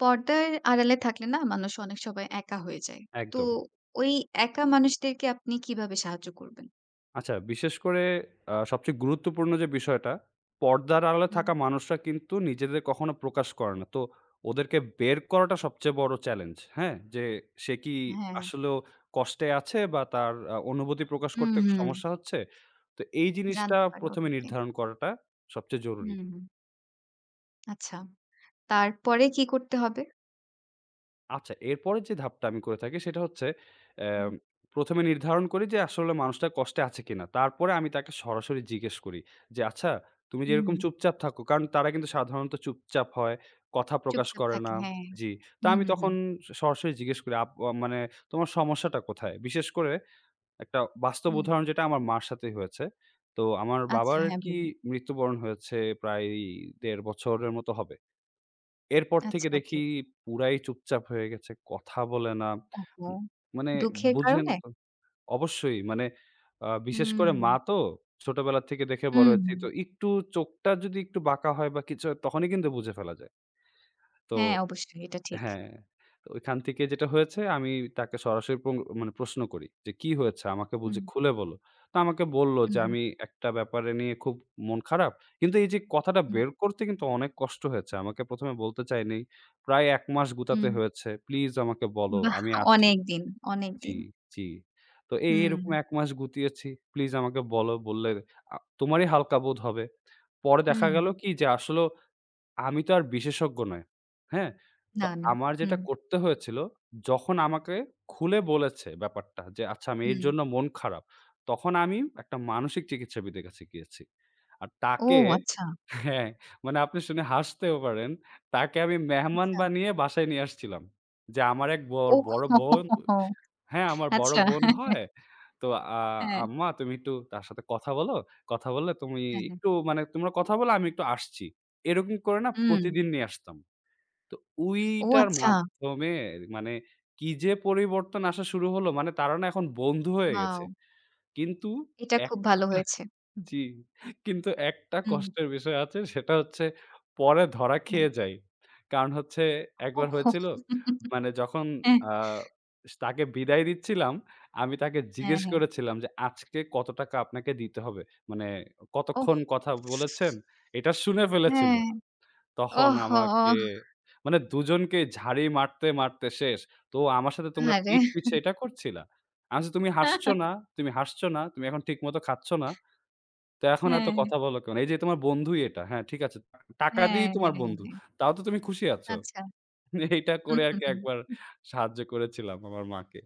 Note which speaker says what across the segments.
Speaker 1: পর্দার আড়ালে থাকলে না মানুষ অনেক সময় একা হয়ে যায়। তো
Speaker 2: একদম।
Speaker 1: ওই একা মানুষদেরকে আপনি কিভাবে সাহায্য করবেন?
Speaker 2: আচ্ছা বিশেষ করে সবচেয়ে গুরুত্বপূর্ণ যে বিষয়টা, পর্দার আড়ালে
Speaker 1: হুম,
Speaker 2: থাকা মানুষরা কিন্তু নিজেদের কখনো প্রকাশ করে না। তো ওদেরকে বের করাটা সবচেয়ে বড় চ্যালেঞ্জ, হ্যাঁ? যে সে কি
Speaker 1: হ্যাঁ।
Speaker 2: আসলেও কষ্টে আছে বা তার অনুভূতি প্রকাশ
Speaker 1: হুম,
Speaker 2: করতে
Speaker 1: হুম।
Speaker 2: সমস্যা হচ্ছে। তো এই জিনিসটা
Speaker 1: জানতে পারে
Speaker 2: ১ম এ
Speaker 1: ওদেরকে।
Speaker 2: নির্ধারণ করাটা সবচেয়ে জরুরি।
Speaker 1: হুম, হুম। আচ্ছা। তারপরে কি করতে হবে?
Speaker 2: আচ্ছা, এরপরের যে ধাপটা আমি করে থাকি সেটা হচ্ছে অ্যাম
Speaker 1: হুম।
Speaker 2: ১ম এ নির্ধারণ করি যে আসলে মানুষটা কষ্টে আছে কিনা? তারপরে আমি তাকে সরাসরি জিজ্ঞেস করি যে, "আচ্ছা, তুমি যে
Speaker 1: হুম,
Speaker 2: এরকম চুপচাপ থাকো।" কারণ তারা কিন্তু সাধারণত চুপচাপ হয়, কথা প্রকাশ
Speaker 1: চুপচাপ
Speaker 2: করে
Speaker 1: থাকে।
Speaker 2: না।
Speaker 1: হ্যাঁ।
Speaker 2: জি। তো
Speaker 1: হুম,
Speaker 2: আমি
Speaker 1: হুম,
Speaker 2: তখন
Speaker 1: হুম।
Speaker 2: সরাসরি জিজ্ঞেস করি, "আপ আ মানে তোমার সমস্যাটা কোথায়?" বিশেষ করে একটা বাস্তব
Speaker 1: হুম।
Speaker 2: উদাহরণ যেটা আমার মার সাথেই হয়েছে। তো আমার
Speaker 1: আচ্ছা
Speaker 2: বাবার
Speaker 1: হ্যাঁ,
Speaker 2: কি
Speaker 1: বলুন।
Speaker 2: মৃত্যুবরণ হয়েছে প্রায় ১.৫ বছরের মতো হবে। এরপর থেকে
Speaker 1: আচ্ছা,
Speaker 2: দেখি
Speaker 1: ওকে।
Speaker 2: পুরাই চুপচাপ হয়ে গেছে। কথা বলে না।
Speaker 1: ওহো!
Speaker 2: ম মানে
Speaker 1: দুঃখের
Speaker 2: বুঝেন
Speaker 1: কারণে?
Speaker 2: তো অবশ্যই মানে বিশেষ
Speaker 1: হুম,
Speaker 2: করে
Speaker 1: হুম।
Speaker 2: মা তো ছোটবেলা থেকে দেখে বড়
Speaker 1: হুম,
Speaker 2: হয়েছি।
Speaker 1: হুম।
Speaker 2: তো একটু চোখটা যদি একটু বাঁকা হয় বা কিছু হয় তখনই কিন্তু বুঝে ফেলা যায়। তো
Speaker 1: হ্যাঁ, অবশ্যই এটা ঠিক।
Speaker 2: হ্যাঁ, তো ওইখান থেকে যেটা হয়েছে আমি তাকে সরাসরি পং মানে প্রশ্ন করি যে, "কি হয়েছে? আমাকে বুঝে
Speaker 1: হুম,
Speaker 2: খুলে বলো।" তো আমাকে বলল
Speaker 1: হুম,
Speaker 2: যে,
Speaker 1: হুম,
Speaker 2: "আমি একটা ব্যাপারে নিয়ে খুব মন খারাপ।" কিন্তু এই যে কথাটা
Speaker 1: হুম,
Speaker 2: বের করতে কিন্তু অনেক কষ্ট হয়েছে। আমাকে ১ম এ বলতে চায়নি। প্রায় ১ মাস গুতাতে
Speaker 1: হুম।
Speaker 2: হয়েছে। "প্লিজ আমাকে বলো,
Speaker 1: বাহ!
Speaker 2: আমি আছি।"
Speaker 1: অনেকদিন,
Speaker 2: জি,
Speaker 1: অনেকদিন।
Speaker 2: জি। তো এই
Speaker 1: হুম।
Speaker 2: এরকম ১ মাস গুতিয়েছি। "প্লিজ আমাকে বলো, বললে তোমারই হালকা বোধ হবে।" পরে দেখা
Speaker 1: হুম,
Speaker 2: গেল কি যে আসলেও আমি তো আর বিশেষজ্ঞ নয়। হ্যাঁ? তো
Speaker 1: না, না।
Speaker 2: আমার যেটা
Speaker 1: হুম,
Speaker 2: করতে হয়েছিল, যখন আমাকে খুলে বলেছে ব্যাপারটা যে, "আচ্ছা, আমি এর
Speaker 1: হুম।
Speaker 2: জন্য মন খারাপ।" তখন আমি একটা মানসিক চিকিৎসাবিদের কাছে গিয়েছি। আর
Speaker 1: ও
Speaker 2: তাকে
Speaker 1: আচ্ছা,
Speaker 2: হ্যাঁ, মানে আপনি শুনে হাসতেও পারেন। তাকে আমি মেহমান
Speaker 1: আচ্ছা।
Speaker 2: বানিয়ে বাসায় নিয়ে আসছিলাম। যে আমার এক ব
Speaker 1: ওহ!
Speaker 2: বড় বোন হ্যাঁ, আমার বড়
Speaker 1: আচ্ছা।
Speaker 2: বোন হয়। তো আ
Speaker 1: হ্যাঁ,
Speaker 2: "আম্মা তুমি একটু তার সাথে কথা বলো। কথা বললে তুমি
Speaker 1: হ্যাঁ, হ্যাঁ।
Speaker 2: একটু মানে তোমরা কথা বলো, আমি একটু আসছি।" এরকম করে না
Speaker 1: হুম।
Speaker 2: প্রতিদিন নিয়ে আসতাম। তো
Speaker 1: ও
Speaker 2: ওইটার
Speaker 1: আচ্ছা।
Speaker 2: মাধ্যমে মানে কি যে পরিবর্তন আসা শুরু হলো মানে তারা না এখন বন্ধু হয়ে গেছে।
Speaker 1: ওয়াও!
Speaker 2: কিন্তু
Speaker 1: এটা
Speaker 2: এক
Speaker 1: খুব ভালো হয়েছে।
Speaker 2: জি, কিন্তু একটা
Speaker 1: হুম,
Speaker 2: কষ্টের বিষয় আছে সেটা হচ্ছে পরে ধরা
Speaker 1: হ্যাঁ।
Speaker 2: খেয়ে যাই। কারণ হচ্ছে একবার
Speaker 1: ওহ!
Speaker 2: হয়েছিল মানে যখন
Speaker 1: হ্যাঁ,
Speaker 2: আ তাকে বিদায় দিচ্ছিলাম, আমি তাকে
Speaker 1: হ্যাঁ,
Speaker 2: জিজ্ঞেস
Speaker 1: হ্যাঁ।
Speaker 2: করেছিলাম যে, "আজকে কত টাকা আপনাকে দিতে হবে? মানে
Speaker 1: ওহ!
Speaker 2: কতক্ষণ কথা বলেছেন?" এটা শুনে ফেলেছিল।
Speaker 1: হ্যাঁ।
Speaker 2: তখন
Speaker 1: ওহ!
Speaker 2: আমাকে
Speaker 1: ওহ!
Speaker 2: মানে দুজনকেই ঝাড়ি মারতে, মারতে শেষ। তো আমার সাথে তোমরা
Speaker 1: আহারে!
Speaker 2: পিঠ পিছে এটা করছিলা। আমি বলছি, "তুমি হাসছো না, তুমি হাসছো না, তুমি এখন ঠিকমতো খাচ্ছ না। তো এখন এত
Speaker 1: হ্যাঁ,
Speaker 2: কথা বলো কেন? এই যে তোমার বন্ধুই এটা। হ্যাঁ, ঠিক আছে। টাকা
Speaker 1: হ্যাঁ,
Speaker 2: দিয়েই তোমার
Speaker 1: হ্যাঁ, হ্যাঁ,
Speaker 2: বন্ধু।
Speaker 1: হ্যাঁ।
Speaker 2: তাও তো তুমি খুশি আছো।"
Speaker 1: হ্যাঁ, আচ্ছা।
Speaker 2: এইটা
Speaker 1: হুম,
Speaker 2: করে
Speaker 1: হুম,
Speaker 2: আরকি
Speaker 1: হুম।
Speaker 2: একবার সাহায্য করেছিলাম আমার মাকে।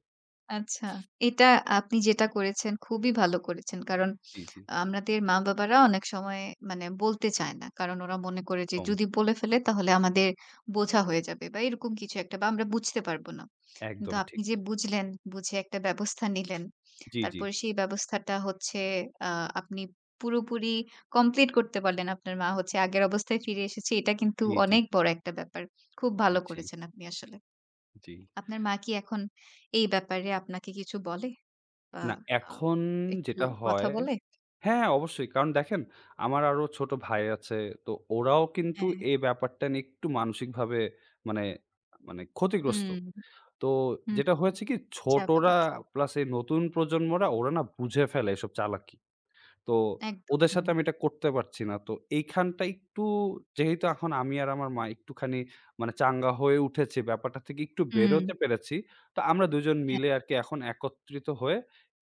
Speaker 1: আচ্ছা। এটা আপনি যেটা করেছেন খুবই ভালো করেছেন। কারণ
Speaker 2: জি, জি।
Speaker 1: আমাদের মা-বাবারা অনেক সময় মানে বলতে চায় না। কারণ ওরা মনে করে যে
Speaker 2: একদম,
Speaker 1: যদি বলে ফেলে তাহলে আমাদের বোঝা হয়ে যাবে বা এরকম কিছু একটা বা আমরা বুঝতে পারব না। কিন্তু
Speaker 2: একদম
Speaker 1: আপনি
Speaker 2: ঠিক।
Speaker 1: যে বুঝলেন, বুঝে একটা ব্যবস্থা নিলেন।
Speaker 2: জি, জি,
Speaker 1: তারপরে সেই ব্যবস্থাটা হচ্ছে আ আপনি পুরোপুরি কমপ্লিট করতে পারলেন। আপনার মা হচ্ছে আগের অবস্থায় ফিরে এসেছে। এটা কিন্তু
Speaker 2: জি, জি,
Speaker 1: অনেক বড় একটা ব্যাপার। খুব ভালো
Speaker 2: জি,
Speaker 1: করেছেন আপনি আসলে।
Speaker 2: জি।
Speaker 1: আপনার মা কি এখন এই ব্যাপারে আপনাকে কিছু বলে? বা
Speaker 2: না
Speaker 1: আ
Speaker 2: এখন
Speaker 1: একটু
Speaker 2: যেটা
Speaker 1: কথা
Speaker 2: হয়
Speaker 1: বলে
Speaker 2: হ্যাঁ, অবশ্যই। কারণ দেখেন আমার আরো ছোট ভাই আছে। তো ওরাও কিন্তু
Speaker 1: হ্যাঁ,
Speaker 2: এই ব্যাপারটা নিয়ে একটু মানসিকভাবে মানে মানে ক্ষতিগ্রস্ত।
Speaker 1: হুম,
Speaker 2: তো
Speaker 1: হুম,
Speaker 2: যেটা
Speaker 1: হুম। হুম,
Speaker 2: হয়েছে কি? ছোটরা
Speaker 1: স্বাভাবিক।
Speaker 2: প্লাস এই নতুন প্রজন্মরা ওরা না বুঝে ফেলে এসব চালাকি। তো
Speaker 1: একদম।
Speaker 2: ওদের সাথে
Speaker 1: হুম,
Speaker 2: আমি এটা করতে পারছি না। তো এইখানটা একটু যেহেতু এখন আমি আর আমার মা একটুখানি মানে চাঙ্গা হয়ে উঠেছি, ব্যাপারটা থেকে একটু
Speaker 1: হুম,
Speaker 2: বেরোতে পেরেছি। তো আমরা ২ জন
Speaker 1: হ্যাঁ।
Speaker 2: মিলে আরকি এখন একত্রিত হয়ে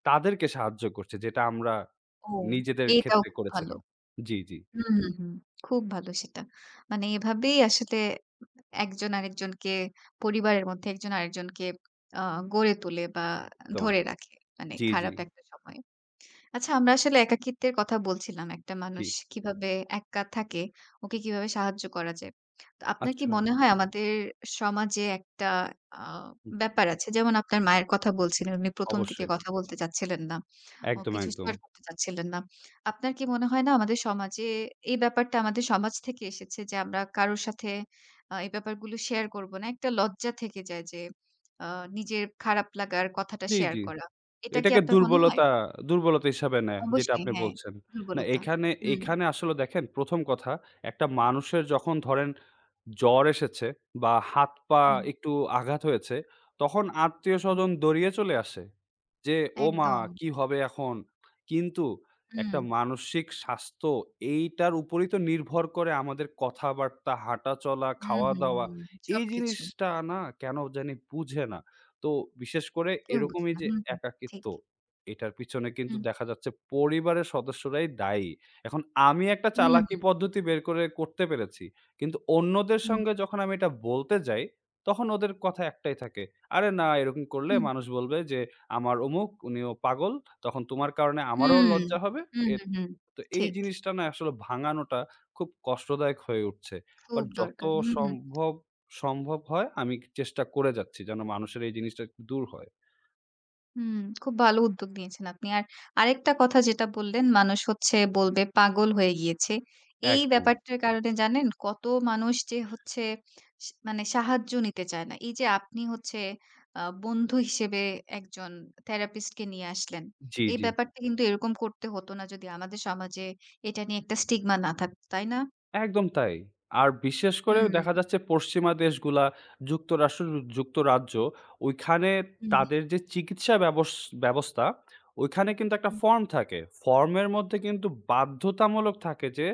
Speaker 2: তাদেরকে সাহায্য করছি, যেটা আমরা
Speaker 1: ও
Speaker 2: নিজেদের
Speaker 1: এটাও
Speaker 2: ক্ষেত্রে
Speaker 1: খুব ভালো।
Speaker 2: করেছিলাম। জি, জি।
Speaker 1: হুম, হুম, হুম। খুব ভালো সেটা। মানে এভাবেই আসলে একজন আরেকজনকে পরিবারের মধ্যে একজন আরেকজনকে আ গড়ে তোলে বা
Speaker 2: একদম।
Speaker 1: ধরে রাখে। মানে
Speaker 2: জি, জি,
Speaker 1: খারাপ একটা সময়ে। আচ্ছা, আমরা আসলে একাকিত্বের কথা বলছিলাম। একটা
Speaker 2: জি।
Speaker 1: মানুষ কিভাবে একা থাকে, ওকে কিভাবে সাহায্য করা যায়। তো আপনার কি
Speaker 2: আচ্ছা।
Speaker 1: মনে হয় আমাদের সমাজে একটা আ
Speaker 2: হুম,
Speaker 1: ব্যাপার আছে। যেমন আপনার মায়ের কথা বলছিলেন। উনি ১ম দিকে
Speaker 2: অবশ্যই।
Speaker 1: কথা বলতে চাচ্ছিলেন না। ও
Speaker 2: একদম,
Speaker 1: কিছু
Speaker 2: একদম।
Speaker 1: শেয়ার করতে চাচ্ছিলেন না। আপনার কি মনে হয় না আমাদের সমাজে এই ব্যাপারটা আমাদের সমাজ থেকে এসেছে যে আমরা কারোর সাথে এই ব্যাপারগুলো শেয়ার করব না। একটা লজ্জা থেকে যায় যে আ নিজের খারাপ লাগার কথাটা
Speaker 2: জি,
Speaker 1: শেয়ার
Speaker 2: জি।
Speaker 1: করা। এটা কি
Speaker 2: এটাকে
Speaker 1: আপনার মনে হয়?
Speaker 2: দুর্বলতা, দুর্বলতা হিসাবে নেয়, যেটা
Speaker 1: অবশ্যই
Speaker 2: আপনি
Speaker 1: হ্যাঁ,
Speaker 2: বলছেন। না
Speaker 1: দুর্বলতা।
Speaker 2: এখানে,
Speaker 1: হুম,
Speaker 2: এখানে আসলে দেখেন ১ম কথা, একটা মানুষের যখন ধরেন জ্বর এসেছে বা হাত-পা
Speaker 1: হুম,
Speaker 2: একটু আঘাত হয়েছে, তখন
Speaker 1: হুম।
Speaker 2: আত্মীয়স্বজন দৌড়িয়ে চলে আসে। যে, "ওমা!
Speaker 1: একদম।
Speaker 2: কি হবে এখন?" কিন্তু
Speaker 1: হুম,
Speaker 2: একটা মানসিক স্বাস্থ্য এইটার উপরেই তো নির্ভর করে আমাদের কথাবার্তা, হাঁটাচলা,
Speaker 1: হুম, হুম,
Speaker 2: খাওয়া-দাওয়া।
Speaker 1: হুম।
Speaker 2: এই
Speaker 1: সবকিছু।
Speaker 2: জিনিসটা না কেন জানি বুঝে না। তো বিশেষ করে
Speaker 1: কেউ
Speaker 2: এরকম
Speaker 1: বুঝে
Speaker 2: এই
Speaker 1: না।
Speaker 2: যে
Speaker 1: হুম, হুম,
Speaker 2: একাকিত্ব,
Speaker 1: ঠিক।
Speaker 2: এটার পিছনে কিন্তু
Speaker 1: হুম,
Speaker 2: দেখা যাচ্ছে পরিবারের সদস্যরাই দায়ী। এখন আমি একটা
Speaker 1: হুম,
Speaker 2: চালাকি
Speaker 1: হুম,
Speaker 2: পদ্ধতি বের করে করতে পেরেছি। কিন্তু অন্যদের
Speaker 1: হুম,
Speaker 2: সঙ্গে যখন আমি এটা বলতে যাই, তখন ওদের কথা একটাই থাকে। "আরে না, এরকম করলে
Speaker 1: হুম,
Speaker 2: মানুষ বলবে যে আমার অমুক, উনিও পাগল। তখন তোমার কারণে আমারও
Speaker 1: হুম,
Speaker 2: লজ্জা হবে।"
Speaker 1: হুম,
Speaker 2: এ
Speaker 1: হুম, হুম।
Speaker 2: তো এই
Speaker 1: ঠিক।
Speaker 2: জিনিসটা না আসলে ভাঙানোটা খুব কষ্টদায়ক হয়ে উঠছে। বাট
Speaker 1: খুব
Speaker 2: যত
Speaker 1: দরকার। হুম, হুম।
Speaker 2: সম্ভব, সম্ভব হয় আমি চেষ্টা করে যাচ্ছি যেন মানুষের এই জিনিসটা একটু দূর হয়।
Speaker 1: হুম, খুব ভালো উদ্যোগ নিয়েছেন আপনি। আর আরেকটা কথা যেটা বললেন, মানুষ হচ্ছে বলবে পাগল হয়ে গিয়েছে। এই
Speaker 2: একদম।
Speaker 1: ব্যাপারটার কারণে জানেন কত মানুষ যে হচ্ছে মানে সাহায্য নিতে চায় না। এই যে আপনি হচ্ছে বন্ধু হিসেবে একজন therapist কে নিয়ে আসলেন।
Speaker 2: জি,
Speaker 1: এই
Speaker 2: জি।
Speaker 1: ব্যাপারটা কিন্তু এরকম করতে হতো না যদি আমাদের সমাজে এটা নিয়ে একটা স্টিগমা না থাকতো, তাই না?
Speaker 2: একদম তাই। আর বিশেষ করে
Speaker 1: হুম,
Speaker 2: দেখা যাচ্ছে পশ্চিমা দেশগুলা যুক্তরাষ্ট্র, যুক্তরাজ্য ওইখানে
Speaker 1: হুম,
Speaker 2: তাদের যে চিকিৎসা ব্যবস্থা ওইখানে কিন্তু একটা
Speaker 1: হুম।
Speaker 2: ফর্ম থাকে। ফর্মের মধ্যে কিন্তু বাধ্যতামূলক থাকে যে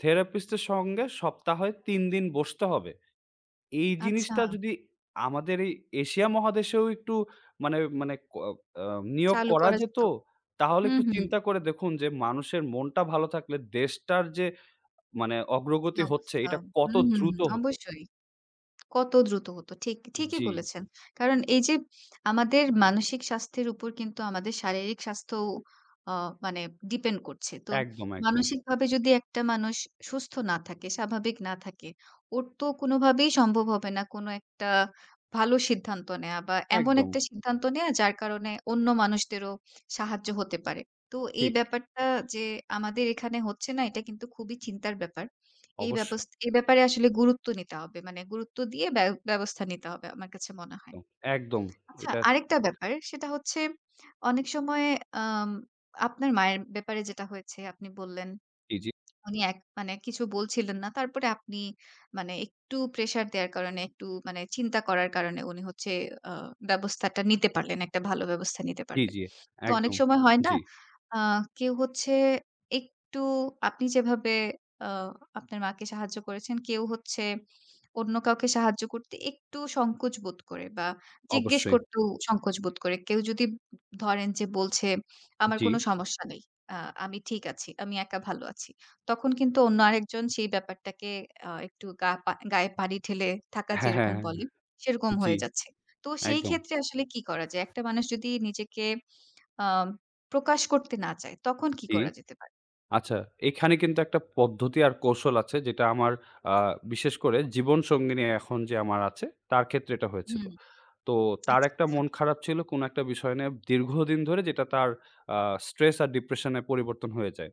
Speaker 2: থেরাপিস্টের সঙ্গে সপ্তাহে ৩ দিন বসতে হবে। এই
Speaker 1: আচ্ছা,
Speaker 2: জিনিসটা যদি আমাদের এই এশিয়া মহাদেশেও একটু মানে মানে ক আ নিয়োগ
Speaker 1: চালু
Speaker 2: করা
Speaker 1: করা
Speaker 2: যেত
Speaker 1: যেত।
Speaker 2: তাহলে
Speaker 1: হুম,
Speaker 2: একটু
Speaker 1: হুম।
Speaker 2: চিন্তা করে দেখুন যে মানুষের মনটা ভালো থাকলে দেশটার যে মানে
Speaker 1: কি
Speaker 2: অগ্রগতি হচ্ছে
Speaker 1: অবস্থা?
Speaker 2: এটা কত
Speaker 1: হুম, হুম, হুম।
Speaker 2: দ্রুত হতো।
Speaker 1: অবশ্যই। কত দ্রুত হতো। ঠিক ঠিকই
Speaker 2: জি,
Speaker 1: বলেছেন। কারণ এই যে আমাদের মানসিক স্বাস্থ্যের উপর কিন্তু আমাদের শারীরিক স্বাস্থ্যও আ মানে ডিপেন্ড করছে। তো
Speaker 2: একদম, একদম,
Speaker 1: মানসিকভাবে যদি একটা মানুষ সুস্থ না থাকে, স্বাভাবিক না থাকে, ওর তো কোনোভাবেই সম্ভব হবে না কোনো একটা ভালো সিদ্ধান্ত নেয়া বা এমন
Speaker 2: একদম
Speaker 1: একটা সিদ্ধান্ত নেয়া যার কারণে অন্য মানুষদেরও সাহায্য হতে পারে। তো এই
Speaker 2: ঠিক।
Speaker 1: ব্যাপারটা যে আমাদের এখানে হচ্ছে না এটা কিন্তু খুবই চিন্তার ব্যাপার।
Speaker 2: অবশ্যই,
Speaker 1: এই ব্যাপারে আসলে গুরুত্ব নিতে হবে। মানে গুরুত্ব দিয়ে ব্যবস্থা নিতে হবে আমার কাছে মনে হয়।
Speaker 2: একদম, একদম
Speaker 1: আচ্ছা,
Speaker 2: এটার
Speaker 1: আরেকটা ব্যাপার সেটা হচ্ছে অনেক সময় আম আপনার মায়ের ব্যাপারে যেটা হয়েছে আপনি বললেন
Speaker 2: জি, জি,
Speaker 1: উনি এক মানে কিছু বলছিলেন না। তারপরে আপনি মানে একটু প্রেশার দেওয়ার কারণে একটু মানে চিন্তা করার কারণে উনি হচ্ছে আ ব্যবস্থাটা নিতে পারলেন। একটা ভালো ব্যবস্থা নিতে
Speaker 2: জি,
Speaker 1: পারলেন।
Speaker 2: জি,
Speaker 1: তো অনেক
Speaker 2: একদম,
Speaker 1: সময় হয় না?
Speaker 2: জি,
Speaker 1: আ কেউ হচ্ছে একটু আপনি যেভাবে আ আপনার মাকে সাহায্য করেছেন, কেউ হচ্ছে অন্য কাউকে সাহায্য করতে একটু সংকোচ বোধ করে বা জিজ্ঞেস
Speaker 2: অবশ্যই,
Speaker 1: করতেও সংকোচ বোধ করে। কেউ যদি ধরেন যে বলছে, "আমার
Speaker 2: জি,
Speaker 1: কোনো সমস্যা নেই। আ আমি ঠিক আছি। আমি একা ভালো আছি।" তখন কিন্তু অন্য আরেকজন সেই ব্যাপারটাকে একটু গা পা গায়ে পানি ঢেলে থাকা
Speaker 2: হ্যাঁ, হ্যাঁ,
Speaker 1: যেরকম বলে,
Speaker 2: হ্যাঁ,
Speaker 1: সেরকম
Speaker 2: জি,
Speaker 1: হয়ে যাচ্ছে। তো সেই
Speaker 2: একদম,
Speaker 1: ক্ষেত্রে আসলে কি করা যায়? একটা মানুষ যদি নিজেকে আম প্রকাশ করতে না চায়, তখন কি
Speaker 2: জি।
Speaker 1: করা যেতে পারে?
Speaker 2: আচ্ছা এখানে কিন্তু একটা পদ্ধতি আর কৌশল আছে যেটা আমার আ বিশেষ করে জীবনসঙ্গিনী এখন যে আমার আছে তার ক্ষেত্রে এটা হয়েছিল।
Speaker 1: হুম।
Speaker 2: তো তার
Speaker 1: আচ্ছা,
Speaker 2: একটা
Speaker 1: আচ্ছা।
Speaker 2: মন খারাপ ছিল কোনো একটা বিষয় নিয়ে দীর্ঘদিন ধরে যেটা তার আ স্ট্রেস আর ডিপ্রেশন এ পরিবর্তন হয়ে যায়।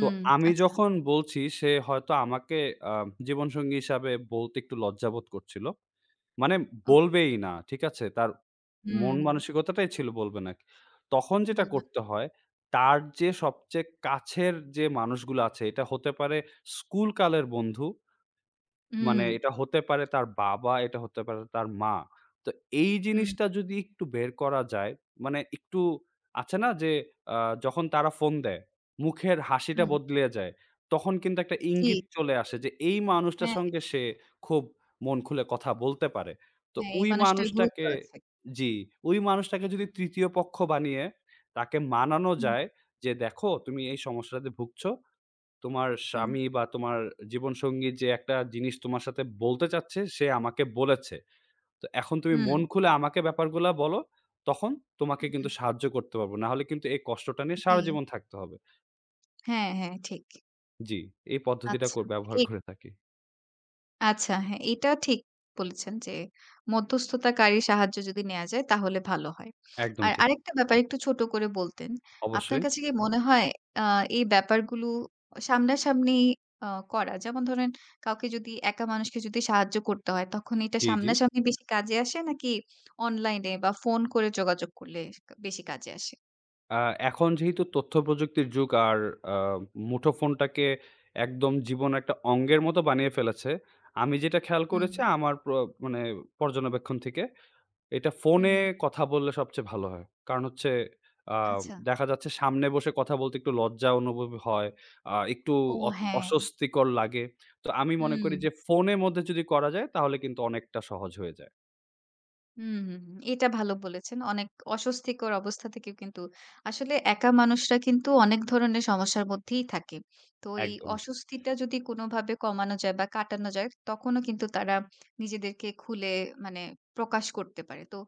Speaker 2: তো আমি
Speaker 1: আচ্ছা।
Speaker 2: যখন বলছি সে হয়তো আমাকে আ জীবনসঙ্গী হিসাবে বলতে একটু লজ্জাবোধ করছিল। মানে
Speaker 1: ও
Speaker 2: বলবেই না। ঠিক আছে? তার মন
Speaker 1: হুম,
Speaker 2: মানসিকতাটাই ছিল বলবে না। তখন যেটা
Speaker 1: বলবেন।
Speaker 2: করতে হয়, তার যে সবচেয়ে কাছের যে মানুষগুলো আছে, এটা হতে পারে স্কুলকালের বন্ধু মানে
Speaker 1: হুম,
Speaker 2: এটা হতে পারে তার বাবা, এটা হতে পারে তার মা। তো এই
Speaker 1: হুম,
Speaker 2: জিনিসটা যদি একটু বের করা যায়, মানে একটু আছে না যে আ যখন তারা ফোন দেয়, মুখের হাসিটা
Speaker 1: হুম।
Speaker 2: বদলে যায়। তখন কিন্তু একটা
Speaker 1: জি।
Speaker 2: ইঙ্গিত চলে আসে যে এই মানুষটার
Speaker 1: হ্যাঁ,
Speaker 2: সঙ্গে সে খুব মন খুলে কথা বলতে পারে। তো
Speaker 1: হ্যাঁ, এই
Speaker 2: ওই
Speaker 1: মানুষটার গুরুত্ব
Speaker 2: মানুষটাকে
Speaker 1: আছে।
Speaker 2: জি, ওই মানুষটাকে যদি ৩য় পক্ষ বানিয়ে তাকে মানানো
Speaker 1: হুম,
Speaker 2: যায় যে, "দেখো তুমি এই সমস্যাটাতে ভুগছো। তোমার
Speaker 1: হুম,
Speaker 2: স্বামী বা তোমার জীবনসঙ্গী যে একটা জিনিস তোমার সাথে বলতে চাচ্ছে, সে আমাকে বলেছে। তো এখন তুমি
Speaker 1: হুম,
Speaker 2: মন খুলে আমাকে ব্যাপারগুলা বলো। তখন তোমাকে
Speaker 1: হুম,
Speaker 2: কিন্তু
Speaker 1: হুম,
Speaker 2: সাহায্য করতে পারবো। নাহলে কিন্তু এই কষ্টটা নিয়ে
Speaker 1: জি।
Speaker 2: সারা জীবন থাকতে হবে।"
Speaker 1: হ্যাঁ, হ্যাঁ, ঠিক।
Speaker 2: জি, এই পদ্ধতিটা
Speaker 1: আচ্ছা।
Speaker 2: ব্যবহার করে থাকি।
Speaker 1: আচ্ছা হ্যাঁ, এটা ঠিক বলেছেন যে মধ্যস্থতাকারীর সাহায্য যদি নেয়া যায় তাহলে ভালো হয়।
Speaker 2: একদম
Speaker 1: আর
Speaker 2: ঠিক।
Speaker 1: আরেকটা ব্যাপার একটু ছোট করে বলতেন। আপনার
Speaker 2: অবশ্যই।
Speaker 1: কাছে কি মনে হয় আ এই ব্যাপারগুলো সামনাসামনি আ করা যেমন ধরেন কাউকে যদি একা মানুষকে যদি সাহায্য করতে হয় তখন এটা
Speaker 2: জি, জি।
Speaker 1: সামনাসামনি বেশি কাজে আসে নাকি অনলাইনে বা ফোন করে যোগাযোগ করলে বেশি কাজে আসে?
Speaker 2: আ এখন যেহেতু তথ্যপ্রযুক্তির যুগ আর আ মুঠোফোনটাকে একদম জীবনের একটা অঙ্গের মতো বানিয়ে ফেলেছে। আমি যেটা খেয়াল
Speaker 1: হুম,
Speaker 2: করেছি আমার মানে পর্যবেক্ষণ থেকে এটা
Speaker 1: হুম,
Speaker 2: ফোনে
Speaker 1: হুম।
Speaker 2: কথা বললে সবচেয়ে ভালো হয়। কারণ হচ্ছে আ
Speaker 1: আচ্ছা।
Speaker 2: দেখা যাচ্ছে সামনে বসে কথা বলতে একটু লজ্জা অনুভব হয়। একটু
Speaker 1: ও
Speaker 2: অ
Speaker 1: হ্যাঁ,
Speaker 2: অস্বস্তিকর লাগে। তো আমি মনে
Speaker 1: হুম।
Speaker 2: করি যে ফোনের মধ্যে যদি করা যায় তাহলে কিন্তু অনেকটা সহজ হয়ে যায়।
Speaker 1: হুম, হুম, হুম। এটা ভালো বলেছেন। অনেক অস্বস্তিকর অবস্থা থেকেও কিন্তু আসলে একা মানুষরা কিন্তু অনেক ধরনের সমস্যার মধ্যেই থাকে। তো এই
Speaker 2: একদম,
Speaker 1: অস্বস্তিটা যদি কোনোভাবে কমানো যায় বা কাটানো যায়, তখনও কিন্তু তারা নিজেদেরকে খুলে মানে প্রকাশ করতে পারে। তো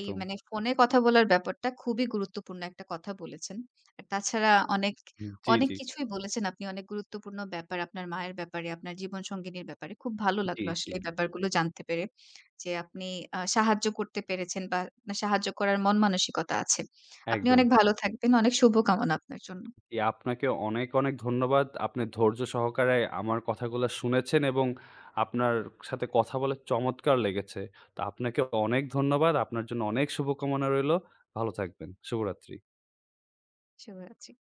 Speaker 1: এই মানে ফোনে কথা বলার ব্যাপারটা খুবই গুরুত্বপূর্ণ একটা কথা বলেছেন। আর তাছাড়া অনেক,
Speaker 2: জি,
Speaker 1: অনেক
Speaker 2: জি,
Speaker 1: কিছুই বলেছেন আপনি। অনেক গুরুত্বপূর্ণ ব্যাপার আপনার মায়ের ব্যাপারে, আপনার জীবনসঙ্গিনীর ব্যাপারে। খুব ভালো
Speaker 2: জি,
Speaker 1: লাগলো
Speaker 2: জি।
Speaker 1: আসলে এই ব্যাপারগুলো জানতে পেরে। যে আপনি সাহায্য করতে পেরেছেন বা আপনার সাহায্য করার মন মানসিকতা আছে। আপনি
Speaker 2: একদম।
Speaker 1: অনেক ভালো থাকবেন। অনেক শুভকামনা আপনার জন্য।
Speaker 2: জি, আপনাকে অনেক, অনেক ধন্যবাদ। আপনি ধৈর্য সহকারে আমার কথাগুলো শুনেছেন এবং আপনার সাথে কথা বলে চমৎকার লেগেছে। তো আপনাকে অনেক ধন্যবাদ। আপনার জন্য অনেক শুভকামনা রইলো। ভালো থাকবেন। শুভরাত্রি।
Speaker 1: শুভরাত্রি।